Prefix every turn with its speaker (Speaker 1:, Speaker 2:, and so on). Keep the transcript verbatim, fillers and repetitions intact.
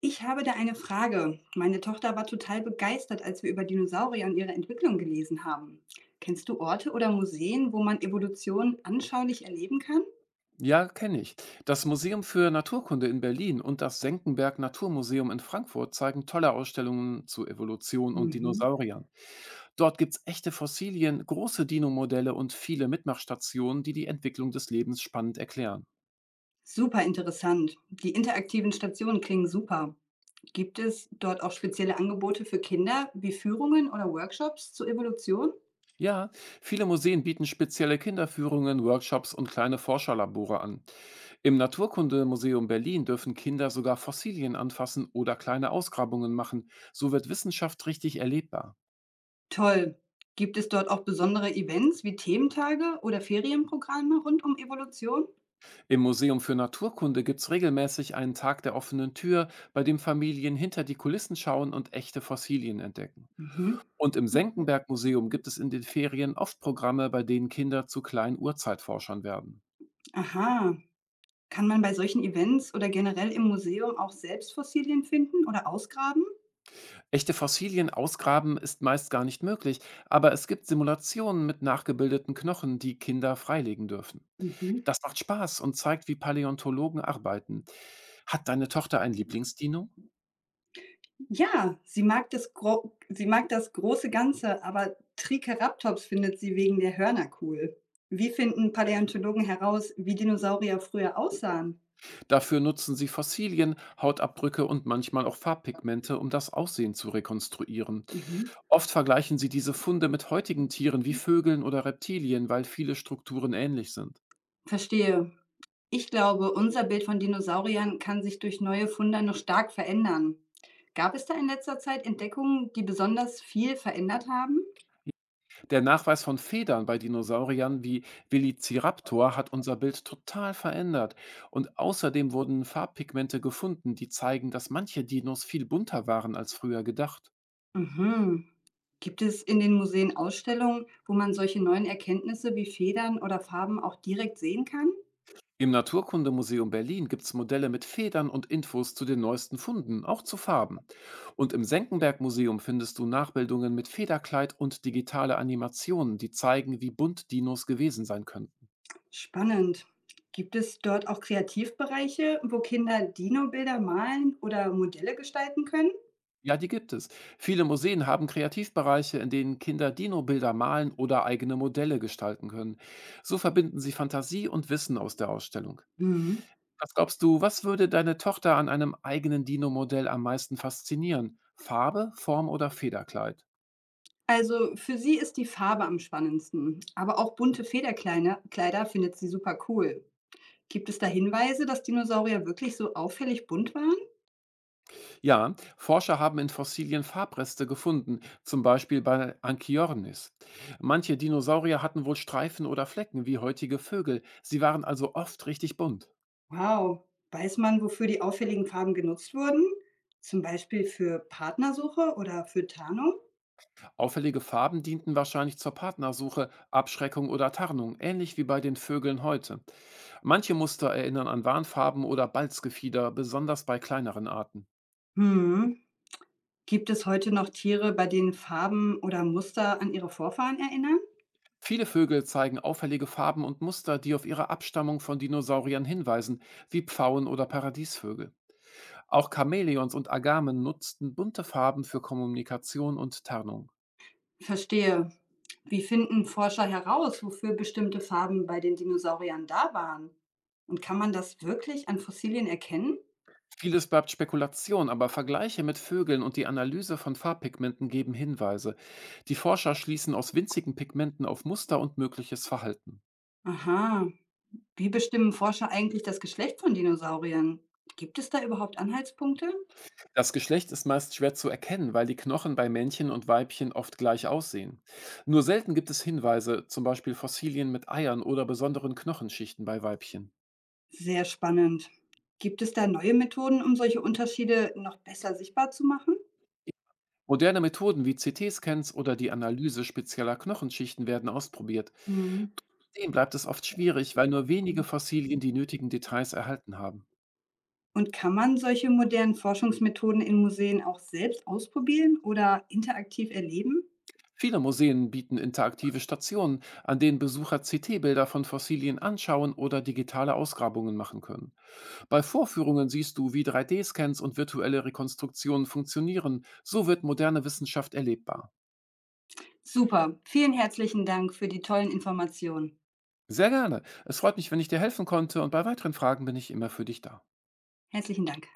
Speaker 1: Ich habe da eine Frage. Meine Tochter war total begeistert, als wir über Dinosaurier und ihre Entwicklung gelesen haben. Kennst du Orte oder Museen, wo man Evolution anschaulich erleben kann?
Speaker 2: Ja, kenne ich. Das Museum für Naturkunde in Berlin und das Senckenberg Naturmuseum in Frankfurt zeigen tolle Ausstellungen zu Evolution und
Speaker 1: Mhm.
Speaker 2: Dinosauriern. Dort gibt's echte Fossilien, große Dino-Modelle und viele Mitmachstationen, die die Entwicklung des Lebens spannend erklären.
Speaker 1: Super interessant. Die interaktiven Stationen klingen super. Gibt es dort auch spezielle Angebote für Kinder, wie Führungen oder Workshops zur Evolution?
Speaker 2: Ja, viele Museen bieten spezielle Kinderführungen, Workshops und kleine Forscherlabore an. Im Naturkundemuseum Berlin dürfen Kinder sogar Fossilien anfassen oder kleine Ausgrabungen machen. So wird Wissenschaft richtig erlebbar.
Speaker 1: Toll. Gibt es dort auch besondere Events wie Thementage oder Ferienprogramme rund um Evolution?
Speaker 2: Im Museum für Naturkunde gibt es regelmäßig einen Tag der offenen Tür, bei dem Familien hinter die Kulissen schauen und echte Fossilien entdecken.
Speaker 1: Mhm.
Speaker 2: Und im Senckenberg Museum gibt es in den Ferien oft Programme, bei denen Kinder zu kleinen Urzeitforschern werden.
Speaker 1: Aha. Kann man bei solchen Events oder generell im Museum auch selbst Fossilien finden oder ausgraben?
Speaker 2: Echte Fossilien ausgraben ist meist gar nicht möglich, aber es gibt Simulationen mit nachgebildeten Knochen, die Kinder freilegen dürfen.
Speaker 1: Mhm.
Speaker 2: Das macht Spaß und zeigt, wie Paläontologen arbeiten. Hat deine Tochter ein Lieblingsdino?
Speaker 1: Ja, sie mag das, Gro sie mag das große Ganze, aber Triceratops findet sie wegen der Hörner cool. Wie finden Paläontologen heraus, wie Dinosaurier früher aussahen?
Speaker 2: Dafür nutzen sie Fossilien, Hautabdrücke und manchmal auch Farbpigmente, um das Aussehen zu rekonstruieren.
Speaker 1: Mhm.
Speaker 2: Oft vergleichen sie diese Funde mit heutigen Tieren wie Vögeln oder Reptilien, weil viele Strukturen ähnlich sind.
Speaker 1: Verstehe. Ich glaube, unser Bild von Dinosauriern kann sich durch neue Funde noch stark verändern. Gab es da in letzter Zeit Entdeckungen, die besonders viel verändert haben?
Speaker 2: Der Nachweis von Federn bei Dinosauriern wie Velociraptor hat unser Bild total verändert. Und außerdem wurden Farbpigmente gefunden, die zeigen, dass manche Dinos viel bunter waren als früher gedacht.
Speaker 1: Mhm. Gibt es in den Museen Ausstellungen, wo man solche neuen Erkenntnisse wie Federn oder Farben auch direkt sehen kann?
Speaker 2: Im Naturkundemuseum Berlin gibt's Modelle mit Federn und Infos zu den neuesten Funden, auch zu Farben. Und im Senckenberg-Museum findest du Nachbildungen mit Federkleid und digitale Animationen, die zeigen, wie bunt Dinos gewesen sein könnten.
Speaker 1: Spannend. Gibt es dort auch Kreativbereiche, wo Kinder Dino-Bilder malen oder Modelle gestalten können?
Speaker 2: Ja, die gibt es. Viele Museen haben Kreativbereiche, in denen Kinder Dino-Bilder malen oder eigene Modelle gestalten können. So verbinden sie Fantasie und Wissen aus der Ausstellung.
Speaker 1: Mhm.
Speaker 2: Was glaubst du, was würde deine Tochter an einem eigenen Dino-Modell am meisten faszinieren? Farbe, Form oder Federkleid?
Speaker 1: Also für sie ist die Farbe am spannendsten, aber auch bunte Federkleider Kleider findet sie super cool. Gibt es da Hinweise, dass Dinosaurier wirklich so auffällig bunt waren?
Speaker 2: Ja, Forscher haben in Fossilien Farbreste gefunden, zum Beispiel bei Anchiornis. Manche Dinosaurier hatten wohl Streifen oder Flecken wie heutige Vögel. Sie waren also oft richtig bunt.
Speaker 1: Wow. Weiß man, wofür die auffälligen Farben genutzt wurden? Zum Beispiel für Partnersuche oder für Tarnung?
Speaker 2: Auffällige Farben dienten wahrscheinlich zur Partnersuche, Abschreckung oder Tarnung, ähnlich wie bei den Vögeln heute. Manche Muster erinnern an Warnfarben oder Balzgefieder, besonders bei kleineren Arten.
Speaker 1: Hm. Gibt es heute noch Tiere, bei denen Farben oder Muster an ihre Vorfahren erinnern?
Speaker 2: Viele Vögel zeigen auffällige Farben und Muster, die auf ihre Abstammung von Dinosauriern hinweisen, wie Pfauen oder Paradiesvögel. Auch Chamäleons und Agamen nutzten bunte Farben für Kommunikation und Tarnung.
Speaker 1: Verstehe. Wie finden Forscher heraus, wofür bestimmte Farben bei den Dinosauriern da waren? Und kann man das wirklich an Fossilien erkennen?
Speaker 2: Vieles bleibt Spekulation, aber Vergleiche mit Vögeln und die Analyse von Farbpigmenten geben Hinweise. Die Forscher schließen aus winzigen Pigmenten auf Muster und mögliches Verhalten.
Speaker 1: Aha. Wie bestimmen Forscher eigentlich das Geschlecht von Dinosauriern? Gibt es da überhaupt Anhaltspunkte?
Speaker 2: Das Geschlecht ist meist schwer zu erkennen, weil die Knochen bei Männchen und Weibchen oft gleich aussehen. Nur selten gibt es Hinweise, zum Beispiel Fossilien mit Eiern oder besonderen Knochenschichten bei Weibchen.
Speaker 1: Sehr spannend. Gibt es da neue Methoden, um solche Unterschiede noch besser sichtbar zu machen?
Speaker 2: Moderne Methoden wie C T-Scans oder die Analyse spezieller Knochenschichten werden ausprobiert.
Speaker 1: Mhm.
Speaker 2: Denen bleibt es oft schwierig, weil nur wenige Fossilien die nötigen Details erhalten haben.
Speaker 1: Und kann man solche modernen Forschungsmethoden in Museen auch selbst ausprobieren oder interaktiv erleben?
Speaker 2: Viele Museen bieten interaktive Stationen, an denen Besucher C T-Bilder von Fossilien anschauen oder digitale Ausgrabungen machen können. Bei Vorführungen siehst du, wie drei D-Scans und virtuelle Rekonstruktionen funktionieren. So wird moderne Wissenschaft erlebbar.
Speaker 1: Super, vielen herzlichen Dank für die tollen Informationen.
Speaker 2: Sehr gerne. Es freut mich, wenn ich dir helfen konnte und bei weiteren Fragen bin ich immer für dich da.
Speaker 1: Herzlichen Dank.